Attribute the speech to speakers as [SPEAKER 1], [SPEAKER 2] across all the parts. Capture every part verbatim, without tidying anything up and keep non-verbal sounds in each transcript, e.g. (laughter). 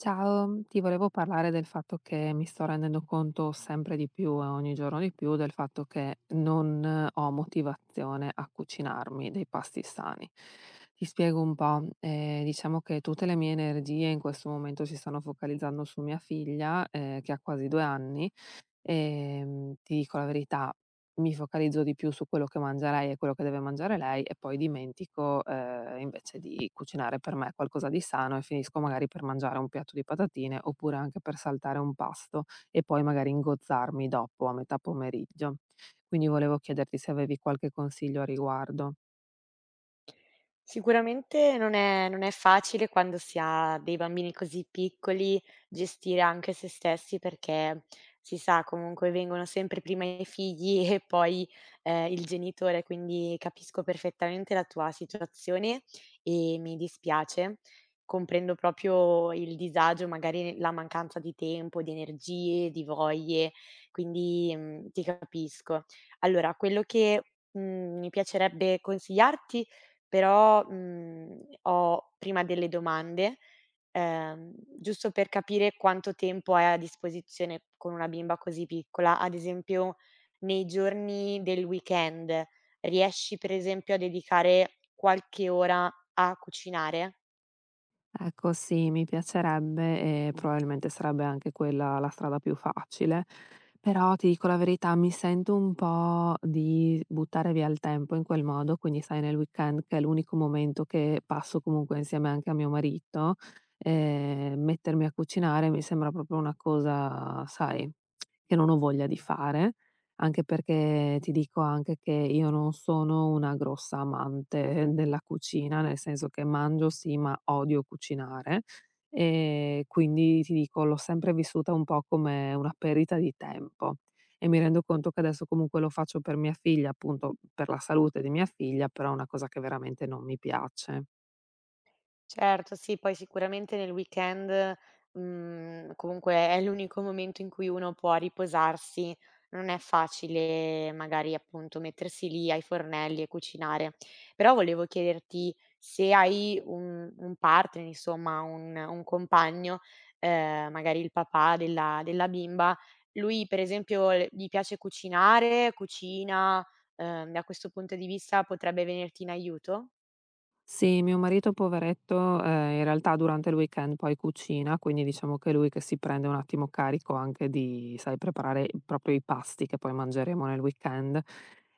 [SPEAKER 1] Ciao, ti volevo parlare del fatto che mi sto rendendo conto sempre di più e ogni giorno di più del fatto che non eh, ho motivazione a cucinarmi dei pasti sani. Ti spiego un po', eh, diciamo che tutte le mie energie in questo momento si stanno focalizzando su mia figlia, eh, che ha quasi due anni. E, mm, ti dico la verità, mi focalizzo di più su quello che mangia lei e quello che deve mangiare lei e poi dimentico, ehm, invece di cucinare per me qualcosa di sano e finisco magari per mangiare un piatto di patatine oppure anche per saltare un pasto e poi magari ingozzarmi dopo a metà pomeriggio. Quindi volevo chiederti se avevi qualche consiglio a riguardo.
[SPEAKER 2] Sicuramente non è non è facile quando si ha dei bambini così piccoli gestire anche se stessi, perché si sa comunque vengono sempre prima i figli e poi, ehm, il genitore, quindi capisco perfettamente la tua situazione e mi dispiace. Comprendo proprio il disagio, magari la mancanza di tempo, di energie, di voglie, quindi, mhmm, ti capisco. Allora quello che, mhmm, mi piacerebbe consigliarti però, mhmm, ho prima delle domande, ehm, giusto per capire quanto tempo hai a disposizione con una bimba così piccola. Ad esempio, nei giorni del weekend riesci per esempio a dedicare qualche ora a cucinare?
[SPEAKER 1] Ecco sì, mi piacerebbe e probabilmente sarebbe anche quella la strada più facile, però ti dico la verità, mi sento un po' di buttare via il tempo in quel modo, quindi sai nel weekend che è l'unico momento che passo comunque insieme anche a mio marito, ehm, mettermi a cucinare mi sembra proprio una cosa, sai, che non ho voglia di fare. Anche perché ti dico anche che io non sono una grossa amante della cucina, nel senso che mangio sì, ma odio cucinare. E quindi ti dico, l'ho sempre vissuta un po' come una perdita di tempo e mi rendo conto che adesso comunque lo faccio per mia figlia, appunto per la salute di mia figlia, però è una cosa che veramente non mi piace.
[SPEAKER 2] Certo, sì, poi sicuramente nel weekend, mhmm, comunque è l'unico momento in cui uno può riposarsi. Non è facile magari, appunto, mettersi lì ai fornelli e cucinare. Però volevo chiederti se hai un un partner, insomma un un compagno, ehm, magari il papà della della bimba, lui per esempio le gli piace cucinare, cucina, ehm, da questo punto di vista potrebbe venirti in aiuto?
[SPEAKER 1] Sì, mio marito poveretto, ehm, in realtà durante il weekend poi cucina, quindi diciamo che è lui che si prende un attimo carico anche di, sai, preparare proprio i pasti che poi mangeremo nel weekend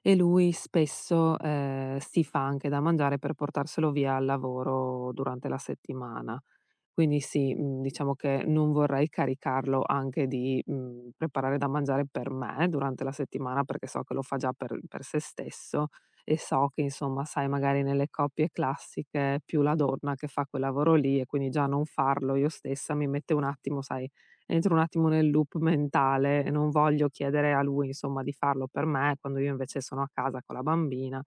[SPEAKER 1] e lui spesso, ehm, si fa anche da mangiare per portarselo via al lavoro durante la settimana. Quindi sì, mhmm, diciamo che non vorrei caricarlo anche di, mhmm, preparare da mangiare per me durante la settimana, perché so che lo fa già per per se stesso e so che insomma, sai, magari nelle coppie classiche è più la donna che fa quel lavoro lì e quindi già non farlo io stessa mi mette un attimo, sai, entro un attimo nel loop mentale e non voglio chiedere a lui insomma di farlo per me, quando io invece sono a casa con la bambina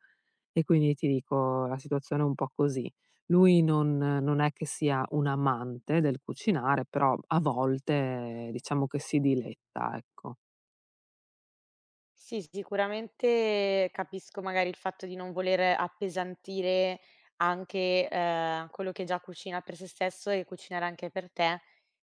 [SPEAKER 1] e quindi ti dico la situazione è un po' così. Lui non non è che sia un amante del cucinare, però a volte diciamo che si diletta, ecco.
[SPEAKER 2] Sì, sicuramente capisco magari il fatto di non voler appesantire anche, ehm, quello che già cucina per se stesso e cucinare anche per te,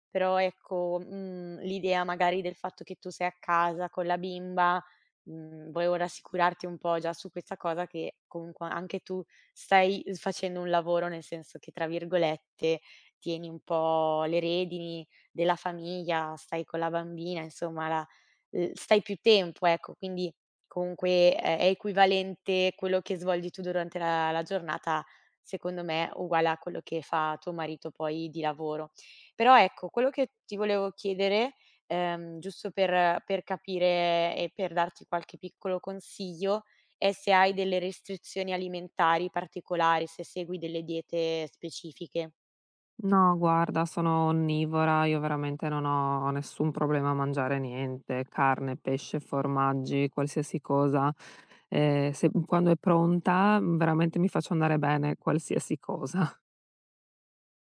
[SPEAKER 2] però ecco, mhmm, l'idea magari del fatto che tu sei a casa con la bimba, mhmm, volevo rassicurarti un po' già su questa cosa che comunque anche tu stai s facendo un lavoro, nel senso che, tra virgolette, "tieni un po' le redini della famiglia", stai con la bambina, insomma la l stai più tempo, ecco, quindi comunque è è equivalente quello che svolgi tu durante la la giornata, secondo me, uguale a quello che fa tuo marito poi di lavoro. Però ecco, quello che ti volevo chiedere, ehm, giusto per per capire e per darti qualche piccolo consiglio, è se hai delle restrizioni alimentari particolari, se segui delle diete specifiche.
[SPEAKER 1] No, guarda, sono onnivora, io veramente non ho nessun problema a mangiare niente, carne, pesce, formaggi, qualsiasi cosa. Ehm, se quando è pronta, veramente mi faccio andare bene qualsiasi cosa. (laughs)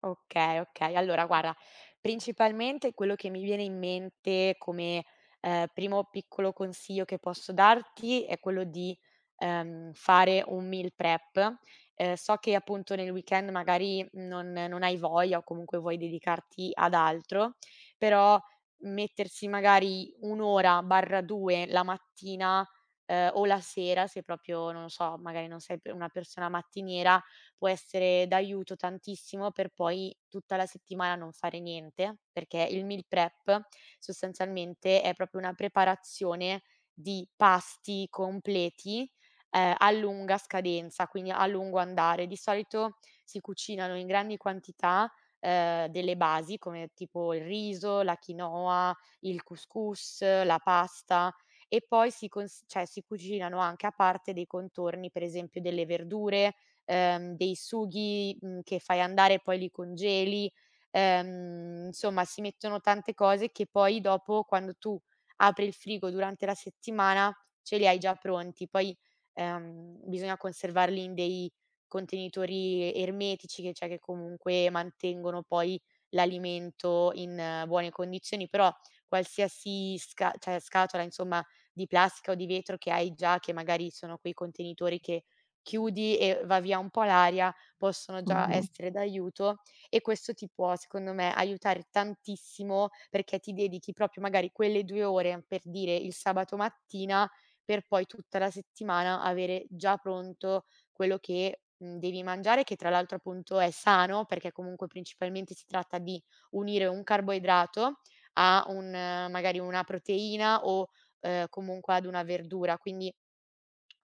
[SPEAKER 2] Okay, okay. Allora guarda, principalmente quello che mi viene in mente come, ehm, primo piccolo consiglio che posso darti è quello di, ehm, fare un meal prep. Ehm, so che appunto nel weekend magari non non hai voglia o comunque vuoi dedicarti ad altro, però mettersi magari un' ora barra due la mattina, ehm, o la sera se proprio, non lo so, magari non sei p una persona mattiniera, può essere d'aiuto tantissimo per poi tutta la settimana non fare niente, perché il meal prep sostanzialmente è proprio una preparazione di pasti completi, ehm, a lunga scadenza, quindi a lungo andare. Di solito si cucinano in grandi quantità, ehm, delle basi come tipo il riso, la quinoa, il couscous, la pasta e poi si cons cioè si cucinano anche a parte dei contorni, per esempio delle verdure, ehm, dei sughi, mhmm, che fai andare e poi li congeli. Ehm, insomma si mettono tante cose che poi dopo quando tu apri il frigo durante la settimana ce li hai già pronti. Poi, ehm, bisogna conservarli in dei contenitori ermetici che cioè che comunque mantengono poi l'alimento in eh, buone condizioni, però qualsiasi sca cioè scatola insomma di plastica o di vetro che hai già, che magari sono quei contenitori che chiudi e va via un po' l'aria, possono già
[SPEAKER 1] Mh-mh,
[SPEAKER 2] essere d'aiuto e questo ti può, secondo me, aiutare tantissimo perché ti dedichi proprio magari quelle due ore, per dire, il sabato mattina, per poi tutta la settimana avere già pronto quello che, mhmm, devi mangiare, che tra l'altro appunto è sano, perché comunque principalmente si tratta di unire un carboidrato a un eh, magari una proteina o, ehm, comunque ad una verdura. Quindi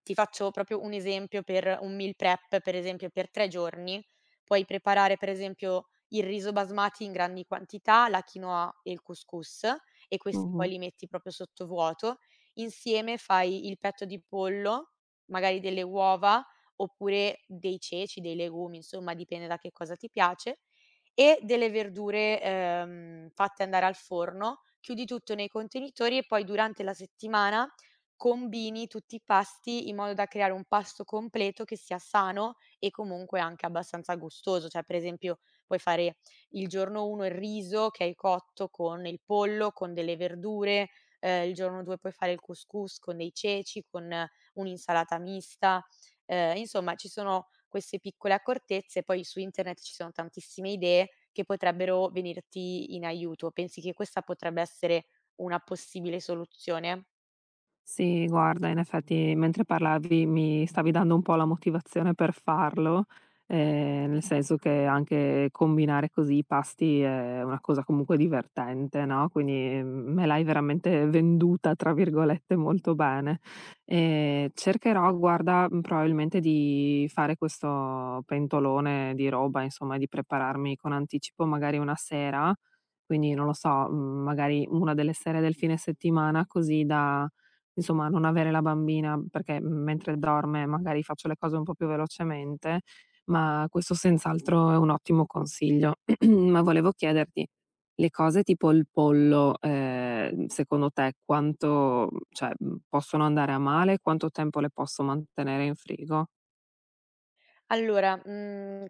[SPEAKER 2] ti faccio proprio un esempio per un meal prep, per esempio per tre giorni, puoi preparare per esempio il riso basmati in grandi quantità, la quinoa e il couscous e questi
[SPEAKER 1] mh-mh.
[SPEAKER 2] poi li metti proprio sottovuoto. Insieme fai il petto di pollo, magari delle uova oppure dei ceci, dei legumi, insomma dipende da che cosa ti piace, e delle verdure, ehm, fatte andare al forno. Chiudi tutto nei contenitori e poi durante la settimana combini tutti i pasti in modo da creare un pasto completo che sia sano e comunque anche abbastanza gustoso. Cioè, per esempio, puoi fare il giorno uno il riso che hai cotto con il pollo, con delle verdure, ehm, il giorno due puoi fare il couscous con dei ceci, con eh, un'insalata mista. Ehm, insomma, ci sono queste piccole accortezze, poi su internet ci sono tantissime idee che potrebbero venirti in aiuto. Pensi che questa potrebbe essere una possibile soluzione?
[SPEAKER 1] Sì, guarda, in effetti mentre parlavi mi stavi dando un po' la motivazione per farlo, ehm, nel senso che anche combinare così i pasti è una cosa comunque divertente, no, quindi, mhmm, me l'hai veramente "venduta" tra virgolette molto bene. Ehm, cercherò guarda, mhmm, probabilmente di fare questo pentolone di roba, insomma, di prepararmi con anticipo magari una sera, quindi non lo so, mhmm, magari una delle sere del fine settimana così da Insomma, non avere la bambina perché, mhmm, mentre dorme magari faccio le cose un po' più velocemente, ma questo senz'altro è un ottimo consiglio. (clears throat) Ma volevo chiederti, le cose tipo il pollo, ehm, secondo te quanto, mhmm, cioè, mhmm, possono andare a male? Quanto tempo le posso mantenere in frigo?
[SPEAKER 2] Allora, mhmm,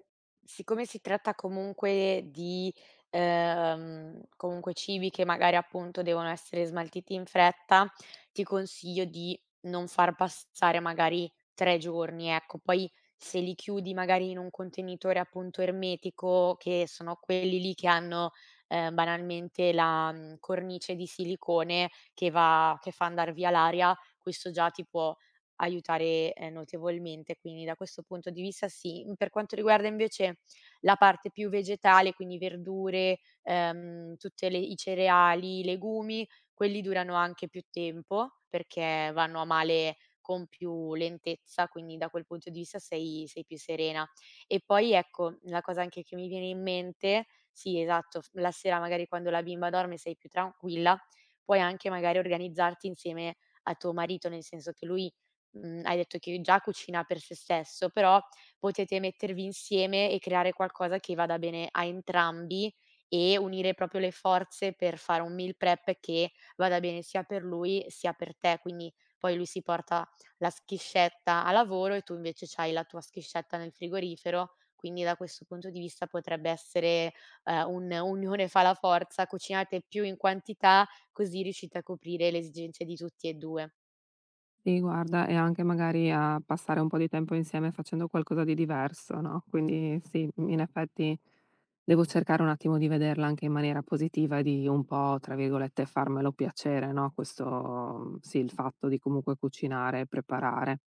[SPEAKER 2] siccome si tratta comunque di, ehm, comunque cibi che magari appunto devono essere smaltiti in fretta, ti consiglio di non far passare magari tre giorni, ecco. Poi se li chiudi magari in un contenitore appunto ermetico, che sono quelli lì che hanno, ehm, banalmente la, mhmm, cornice di silicone che va che fa andar via l'aria, questo già ti può aiutare, ehm, notevolmente, quindi da questo punto di vista sì. Mhmm, per quanto riguarda invece la parte più vegetale, quindi verdure, ehm, tutte le i cereali, i legumi, quelli durano anche più tempo, perché vanno a male con più lentezza, quindi da quel punto di vista sei sei più serena. E poi ecco, la cosa anche che mi viene in mente sì esatto, f la sera magari quando la bimba dorme sei più tranquilla, puoi anche magari organizzarti insieme a tuo marito, nel senso che lui Mhmm, hai detto che già cucina per se stesso, però potete mettervi insieme e creare qualcosa che vada bene a entrambi e unire proprio le forze per fare un meal prep che vada bene sia per lui sia per te. Quindi poi lui si porta la schiscetta a lavoro e tu invece c'hai la tua schiscetta nel frigorifero, quindi da questo punto di vista potrebbe essere, ehm, un unione fa la forza, cucinate più in quantità, così riuscite a coprire le esigenze di tutti e due.
[SPEAKER 1] Sì, guarda, e anche magari a passare un po' di tempo insieme facendo qualcosa di diverso, no, quindi sì, in effetti devo cercare un attimo di vederla anche in maniera positiva e di un po', tra virgolette, "farmelo piacere", no, questo mhmm, sì, il fatto di comunque cucinare e preparare.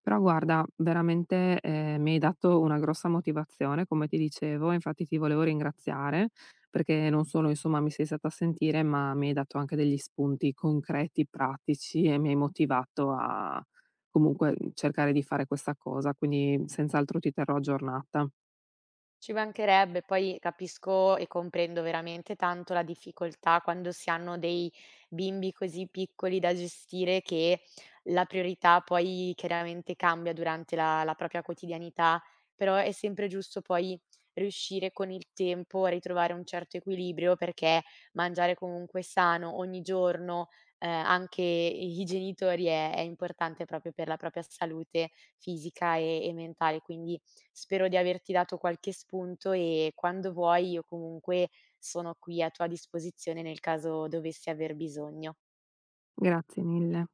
[SPEAKER 1] Però guarda, veramente, ehm, mi hai dato una grossa motivazione, come ti dicevo, infatti ti volevo ringraziare perché non solo insomma mi sei stata a sentire, ma mi hai dato anche degli spunti concreti, pratici e mi hai motivato a comunque cercare di fare questa cosa, quindi senz'altro ti terrò aggiornata.
[SPEAKER 2] Ci mancherebbe, poi capisco e comprendo veramente tanto la difficoltà quando si hanno dei bimbi così piccoli da gestire che la priorità poi chiaramente cambia durante la, la propria quotidianità, però è sempre giusto poi riuscire con il tempo a ritrovare un certo equilibrio perché mangiare comunque sano ogni giorno, eh, anche i i genitori, è, è importante proprio per la propria salute fisica e e mentale. Quindi spero di averti dato qualche spunto e quando vuoi io comunque sono qui a tua disposizione nel caso dovessi aver bisogno.
[SPEAKER 1] Grazie mille.